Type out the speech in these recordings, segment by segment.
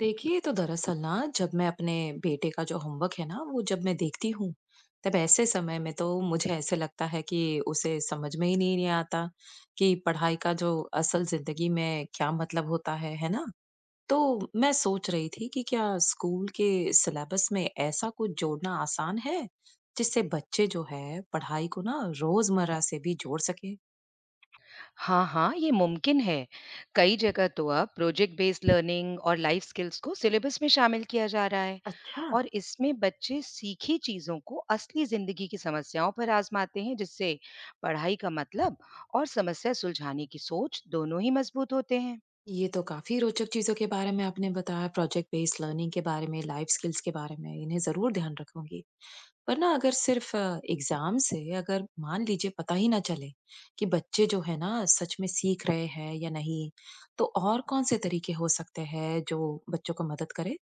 देखिए तो दरअसल ना जब मैं अपने बेटे का जो होमवर्क है ना वो जब मैं देखती हूँ तब ऐसे समय में तो मुझे ऐसे लगता है कि उसे समझ में ही नहीं आता कि पढ़ाई का जो असल जिंदगी में क्या मतलब होता है ना। तो मैं सोच रही थी कि क्या स्कूल के सिलेबस में ऐसा कुछ जोड़ना आसान है जिससे बच्चे जो है पढ़ाई को ना रोजमर्रा से भी जोड़ सके। हाँ, हाँ, ये मुमकिन है। कई जगह तो अब प्रोजेक्ट बेस्ड लर्निंग और लाइफ स्किल्स को सिलेबस में शामिल किया जा रहा है। अच्छा। और इसमें बच्चे सीखी चीज़ों को असली ज़िंदगी की समस्याओं पर आज़माते हैं, जिससे पढ़ाई का मतलब और समस्या सुलझाने की सोच दोनों ही मज़बूत होते हैं। ये तो काफ़ी रोचक चीज़ों के बारे में आपने बताया, प्रोजेक्ट बेस्ड लर्निंग के बारे में, लाइफ स्किल्स के बारे में, इन्हें ज़रूर ध्यान रखूँगी। पर ना अगर सिर्फ़ एग्ज़ाम से अगर मान लीजिए पता ही ना चले कि बच्चे जो है ना सच में सीख रहे हैं या नहीं, तो और कौन-से तरीके हो सकते हैं जो बच्चों को मदद करे?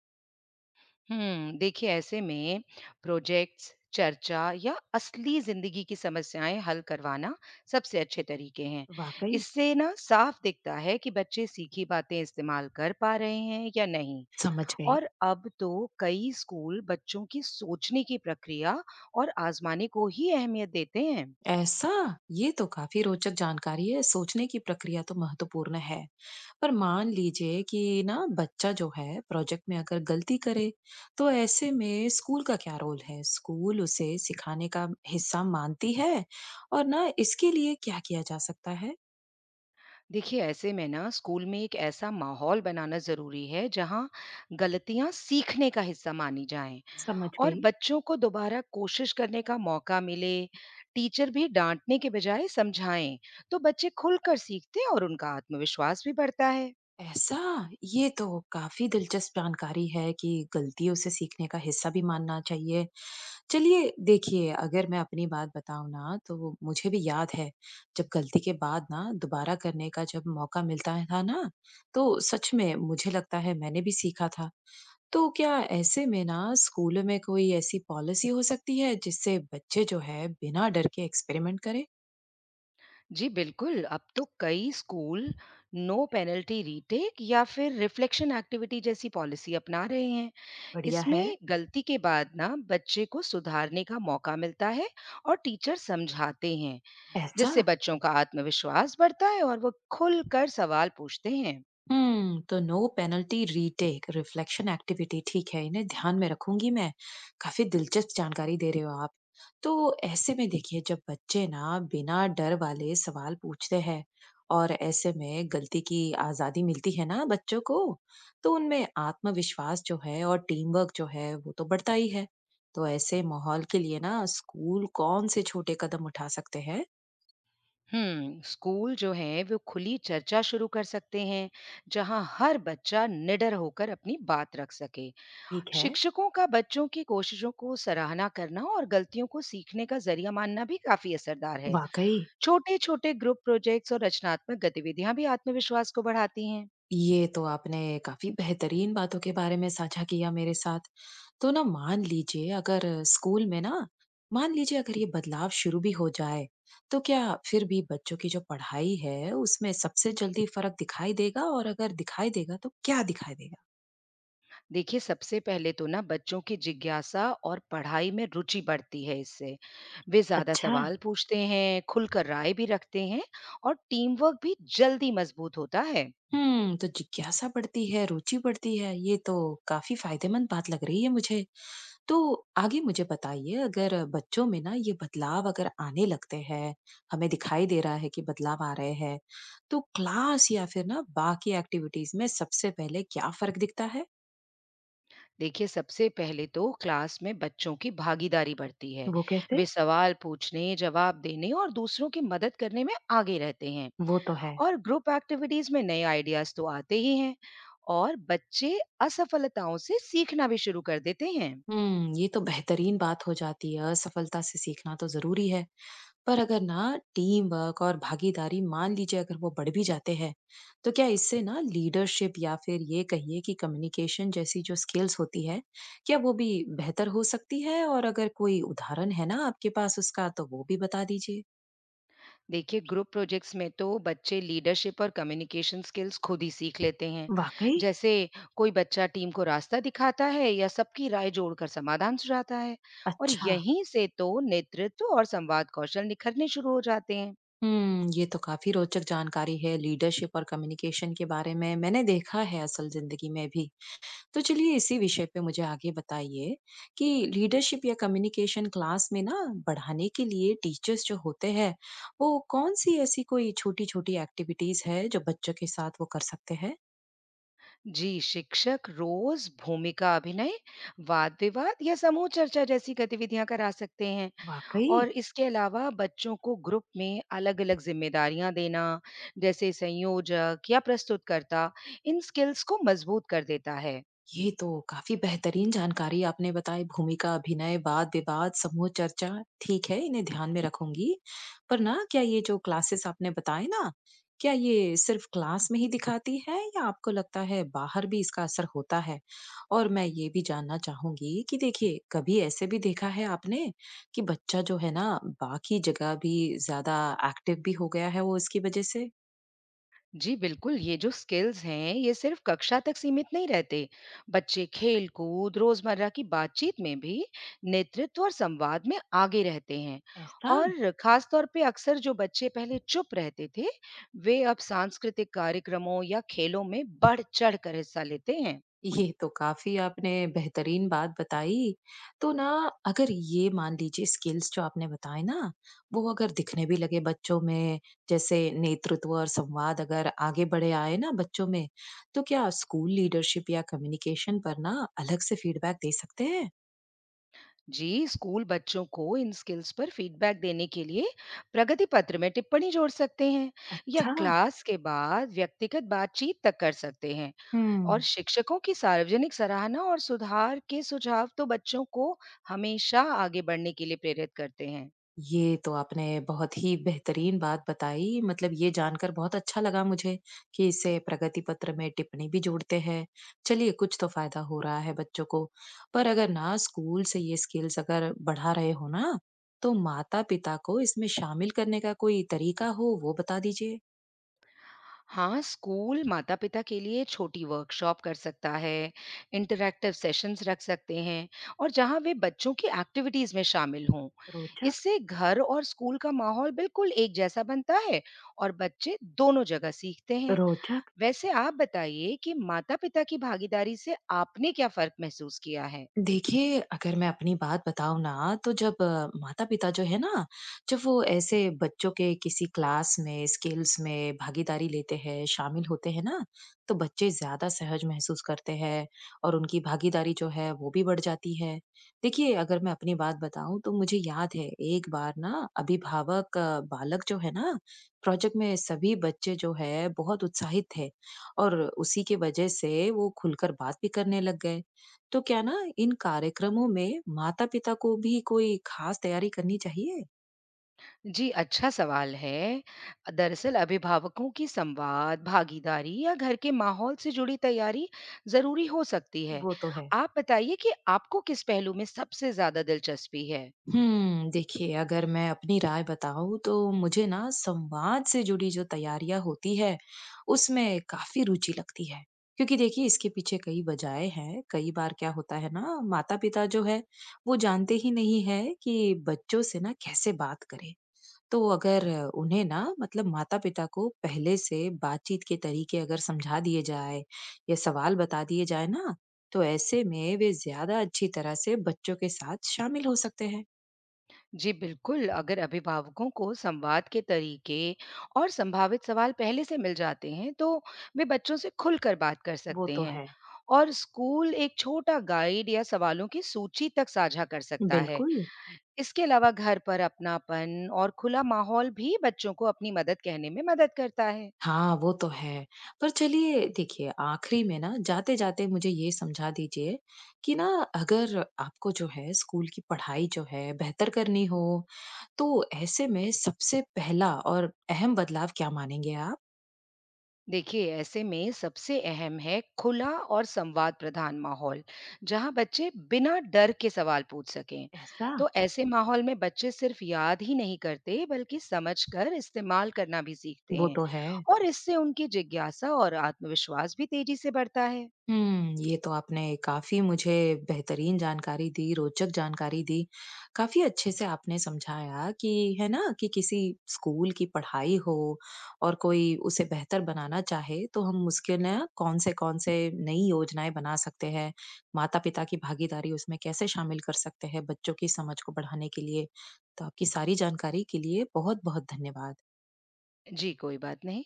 देखिए ऐसे में प्रोजेक्ट्स, चर्चा या असली जिंदगी की समस्याएं हल करवाना सबसे अच्छे तरीके हैं। वाक़ई। इससे ना साफ दिखता है कि बच्चे सीखी बातें इस्तेमाल कर पा रहे हैं या नहीं। समझ गई। और अब तो कई स्कूल बच्चों की सोचने की प्रक्रिया और आजमाने को ही अहमियत देते हैं। ऐसा? ये तो काफ़ी रोचक जानकारी है, सोचने की प्रक्रिया तो महत्वपूर्ण है। पर मान लीजिए कि ना बच्चा जो है प्रोजेक्ट में अगर गलती करे तो ऐसे में स्कूल का क्या रोल है, स्कूल उसे सिखाने का हिस्सा मानती है और ना इसके लिए क्या किया जा सकता है। देखिए ऐसे में ना स्कूल में एक ऐसा माहौल बनाना जरूरी है जहाँ गलतियाँ सीखने का हिस्सा मानी जाएं समझ और गई। बच्चों को दोबारा कोशिश करने का मौका मिले, टीचर भी डाँटने के बजाय समझाएँ, तो बच्चे खुलकर सीखते हैं और उनका आत्मविश्वास भी बढ़ता है। ऐसा। ये तो काफी दिलचस्प जानकारी है कि गलतियों से सीखने का हिस्सा भी मानना चाहिए। चलिए देखिए, अगर मैं अपनी बात बताऊँ ना तो मुझे भी याद है, जब गलती के बाद ना दोबारा करने का जब मौका मिलता है था ना, तो सच में मुझे लगता है मैंने भी सीखा था। तो क्या ऐसे में ना स्कूल में कोई ऐसी पॉलिसी हो सकती है जिससे बच्चे जो है बिना डर के एक्सपेरिमेंट करें? जी बिल्कुल, अब तो कई स्कूल नो पेनल्टी रीटेक या फिर रिफ्लेक्शन एक्टिविटी जैसी पॉलिसी अपना रहे हैं। बढ़िया है। इसमें गलती के बाद ना बच्चे को सुधारने का मौका मिलता है और टीचर समझाते हैं, ऐसा? जिससे बच्चों का आत्मविश्वास बढ़ता है और वो खुलकर सवाल पूछते हैं। हम्म। तो no penalty retake, reflection activity, ठीक है, इन्हें ध्यान में रखूंगी मैं। काफी दिलचस्प जानकारी दे रहे हो आप। तो ऐसे में देखिए जब बच्चे ना बिना डर वाले सवाल पूछते हैं और ऐसे में गलती की आजादी मिलती है ना बच्चों को, तो उनमें आत्मविश्वास जो है और टीम वर्क जो है वो तो बढ़ता ही है। तो ऐसे माहौल के लिए ना स्कूल कौन से छोटे कदम उठा सकते हैं? स्कूल जो है वो खुली चर्चा शुरू कर सकते हैं जहां हर बच्चा निडर होकर अपनी बात रख सके। ठीक है। शिक्षकों का बच्चों की कोशिशों को सराहना करना और गलतियों को सीखने का जरिया मानना भी काफी असरदार है। वाकई। छोटे छोटे ग्रुप प्रोजेक्ट्स और रचनात्मक गतिविधियां भी आत्मविश्वास को बढ़ाती हैं। ये तो आपने काफ़ी बेहतरीन बातों के बारे में साझा किया मेरे साथ। तो ना मान लीजिए अगर स्कूल में ना मान लीजिए अगर ये बदलाव शुरू भी हो जाए, तो क्या फिर भी बच्चों की जो पढ़ाई है, उसमें सबसे जल्दी फ़र्क दिखाई देगा? और अगर दिखाई देगा तो क्या दिखाई देगा? देखिए सबसे पहले तो ना बच्चों की जिज्ञासा और पढ़ाई में रुचि बढ़ती है। इससे वे ज्यादा अच्छा। सवाल पूछते हैं, खुलकर राय भी रखते हैं और टीम वर्क भी जल्दी मजबूत होता है। हुँ, तो जिज्ञासा बढ़ती है, रुचि बढ़ती है, ये तो काफ़ी फ़ायदेमंद बात लग रही है मुझे। तो आगे मुझे बताइए अगर बच्चों में ना ये बदलाव अगर आने लगते हैं, हमें दिखाई दे रहा है कि बदलाव आ रहे हैं, तो क्लास या फिर ना बाकी एक्टिविटीज में सबसे पहले क्या फर्क दिखता है? देखिए सबसे पहले तो क्लास में बच्चों की भागीदारी बढ़ती है। वो कैसे? वे सवाल पूछने, जवाब देने और दूसरों की मदद करने में आगे रहते हैं। वो तो है। और ग्रुप एक्टिविटीज में नए आइडियाज तो आते ही हैं और बच्चे असफलताओं से सीखना भी शुरू कर देते हैं। हम्म। ये तो बेहतरीन बात हो जाती है, असफलता से सीखना तो जरूरी है। पर अगर ना टीम वर्क और भागीदारी मान लीजिए अगर वो बढ़ भी जाते हैं तो क्या इससे ना लीडरशिप या फिर ये कहिए कि कम्युनिकेशन जैसी जो स्किल्स होती है क्या वो भी बेहतर हो सकती है? और अगर कोई उदाहरण है ना आपके पास उसका तो वो भी बता दीजिए। देखिए ग्रुप प्रोजेक्ट्स में तो बच्चे लीडरशिप और कम्युनिकेशन स्किल्स खुद ही सीख लेते हैं। वाकई। जैसे कोई बच्चा टीम को रास्ता दिखाता है या सबकी राय जोड़कर समाधान सुझाता है। और अच्छा। यहीं से तो नेतृत्व और संवाद कौशल निखरने शुरू हो जाते हैं। हम्म। ये तो काफी रोचक जानकारी है लीडरशिप और कम्युनिकेशन के बारे में, मैंने देखा है असल जिंदगी में भी। तो चलिए इसी विषय पे मुझे आगे बताइए कि लीडरशिप या कम्युनिकेशन क्लास में ना बढ़ाने के लिए टीचर्स जो होते हैं वो कौन सी ऐसी कोई छोटी छोटी एक्टिविटीज है जो बच्चों के साथ वो कर सकते हैं? जी, शिक्षक रोज भूमिका अभिनय, वाद विवाद या समूह चर्चा जैसी गतिविधियां करा सकते हैं। वाकई। और इसके अलावा बच्चों को ग्रुप में अलग-अलग ज़िम्मेदारियाँ देना, जैसे संयोजक या प्रस्तुतकर्ता, इन स्किल्स को मज़बूत कर देता है। ये तो काफ़ी बेहतरीन जानकारी आपने बताई। भूमिका, अभिनय, वाद-विवाद, समूह चर्चा, ठीक है, इन्हें ध्यान में रखूंगी। पर ना क्या ये जो क्लासेस आपने बताए ना, क्या ये सिर्फ क्लास में ही दिखाती है या आपको लगता है बाहर भी इसका असर होता है? और मैं ये भी जानना चाहूंगी कि देखिए, कभी ऐसे भी देखा है आपने कि बच्चा जो है ना, बाकी जगह भी ज़्यादा एक्टिव भी हो गया है वो इसकी वजह से? जी बिल्कुल, ये जो स्किल्स हैं, ये सिर्फ कक्षा तक सीमित नहीं रहते। बच्चे खेल-कूद, रोज़मर्रा की बातचीत में भी नेतृत्व और संवाद में आगे रहते हैं। ऐसा? और ख़ास तौर पे अक्सर जो बच्चे पहले चुप रहते थे, वे अब सांस्कृतिक कार्यक्रमों या खेलों में बढ़-चढ़ कर हिस्सा लेते हैं। ये तो काफ़ी आपने बेहतरीन बात बताई। तो ना अगर ये मान लीजिए स्किल्स जो आपने बताए ना, वो अगर दिखने भी लगे बच्चों में, जैसे नेतृत्व और संवाद अगर आगे बढ़े आए ना बच्चों में, तो क्या स्कूल लीडरशिप या कम्युनिकेशन पर ना अलग से फीडबैक दे सकते हैं? जी, स्कूल बच्चों को इन स्किल्स पर फीडबैक देने के लिए प्रगति पत्र में टिप्पणी जोड़ सकते हैं या अच्छा! क्लास के बाद व्यक्तिगत बातचीत तक कर सकते हैं। और हुँ। शिक्षकों की सार्वजनिक सराहना और सुधार के सुझाव तो बच्चों को हमेशा आगे बढ़ने के लिए प्रेरित करते हैं। ये तो आपने बहुत ही बेहतरीन बात बताई। मतलब ये जानकर बहुत अच्छा लगा मुझे कि इसे प्रगति पत्र में टिप्पणी भी जोड़ते हैं। चलिए कुछ तो फ़ायदा हो रहा है बच्चों को। पर अगर ना स्कूल से ये स्किल्स अगर बढ़ा रहे हो ना, तो माता-पिता को इसमें शामिल करने का कोई तरीका हो, वो बता दीजिए? हाँ, स्कूल माता-पिता के लिए छोटी वर्कशॉप कर सकता है, इंटरैक्टिव सेशंस रख सकते हैं और जहाँ वे बच्चों की एक्टिविटीज़ में शामिल हों। रोचक। इससे घर और स्कूल का माहौल बिल्कुल एक जैसा बनता है और बच्चे दोनों जगह सीखते हैं। रोचक। वैसे आप बताइए कि माता-पिता की भागीदारी से आपने क्या फ़र्क महसूस किया है? देखिए, अगर मैं अपनी बात बताऊँ ना, तो जब माता-पिता जो है ना, जब वो ऐसे बच्चों के किसी क्लास में, स्किल्स में भागीदारी लेते हैं, शामिल होते हैं ना, तो बच्चे ज़्यादा सहज महसूस करते हैं और उनकी भागीदारी जो है, वो भी बढ़ जाती है। देखिए, अगर मैं अपनी बात बताऊँ, तो मुझे याद है, एक बार ना अभिभावक बालक जो है ना, प्रोजेक्ट में सभी बच्चे जो है, बहुत उत्साहित थे और उसी के वजह से वो खुलकर बात भी करने लग गए। तो क्या ना इन कार्यक्रमों में माता-पिता को भी कोई खास तैयारी करनी चाहिए? जी, अच्छा सवाल है। दरअसल अभिभावकों की संवाद, भागीदारी या घर के माहौल से जुड़ी तैयारी ज़रूरी हो सकती है। वो तो है। आप बताइए कि आपको किस पहलू में सबसे ज़्यादा दिलचस्पी है? हम्म। देखिए अगर मैं अपनी राय बताऊं तो मुझे ना संवाद से जुड़ी जो तैयारियां होती है उसमें काफी रुचि लगती है, क्योंकि देखिए इसके पीछे कई वजहें हैं। कई बार क्या होता है ना, माता पिता जो है वो जानते ही नहीं है कि बच्चों से ना कैसे बात करें। तो अगर उन्हें ना मतलब माता-पिता को पहले से बातचीत के तरीके अगर समझा दिए जाए या सवाल बता दिए जाए ना, तो ऐसे में वे ज़्यादा अच्छी तरह से बच्चों के साथ शामिल हो सकते हैं। जी बिल्कुल, अगर अभिभावकों को संवाद के तरीके और संभावित सवाल पहले से मिल जाते हैं, तो वे बच्चों से खुलकर बात कर वो सकते तो हैं है। और स्कूल एक छोटा गाइड या सवालों की सूची तक साझा कर सकता है। बिल्कुल। इसके अलावा घर पर अपनापन और खुला माहौल भी बच्चों को अपनी मदद कहने में मदद करता है। हाँ, वो तो है। पर चलिए देखिए आखिरी में ना जाते-जाते मुझे ये समझा दीजिए कि ना अगर आपको जो है स्कूल की पढ़ाई जो है बेहतर करनी हो, तो ऐसे में सबसे पहला और अहम बदलाव क्या मानेंगे आप? देखिए ऐसे में सबसे अहम है खुला और संवाद प्रधान माहौल जहां बच्चे बिना डर के सवाल पूछ सकें। ऐसा। तो ऐसे माहौल में बच्चे सिर्फ याद ही नहीं करते बल्कि समझकर इस्तेमाल करना भी सीखते वो हैं। तो है। और इससे उनकी जिज्ञासा और आत्मविश्वास भी तेजी से बढ़ता है। हुँ, ये तो आपने काफ़ी मुझे बेहतरीन जानकारी दी, रोचक जानकारी दी। काफ़ी अच्छे से आपने समझाया कि है ना, कि किसी स्कूल की पढ़ाई हो और कोई उसे बेहतर बनाना चाहे, तो हम उसके ना कौन से नई योजनाएँ बना सकते हैं। माता-पिता की भागीदारी उसमें कैसे शामिल कर सकते हैं बच्चों की समझ को बढ़ाने के लिए। तो आपकी सारी जानकारी के लिए बहुत-बहुत धन्यवाद। जी, कोई बात नहीं।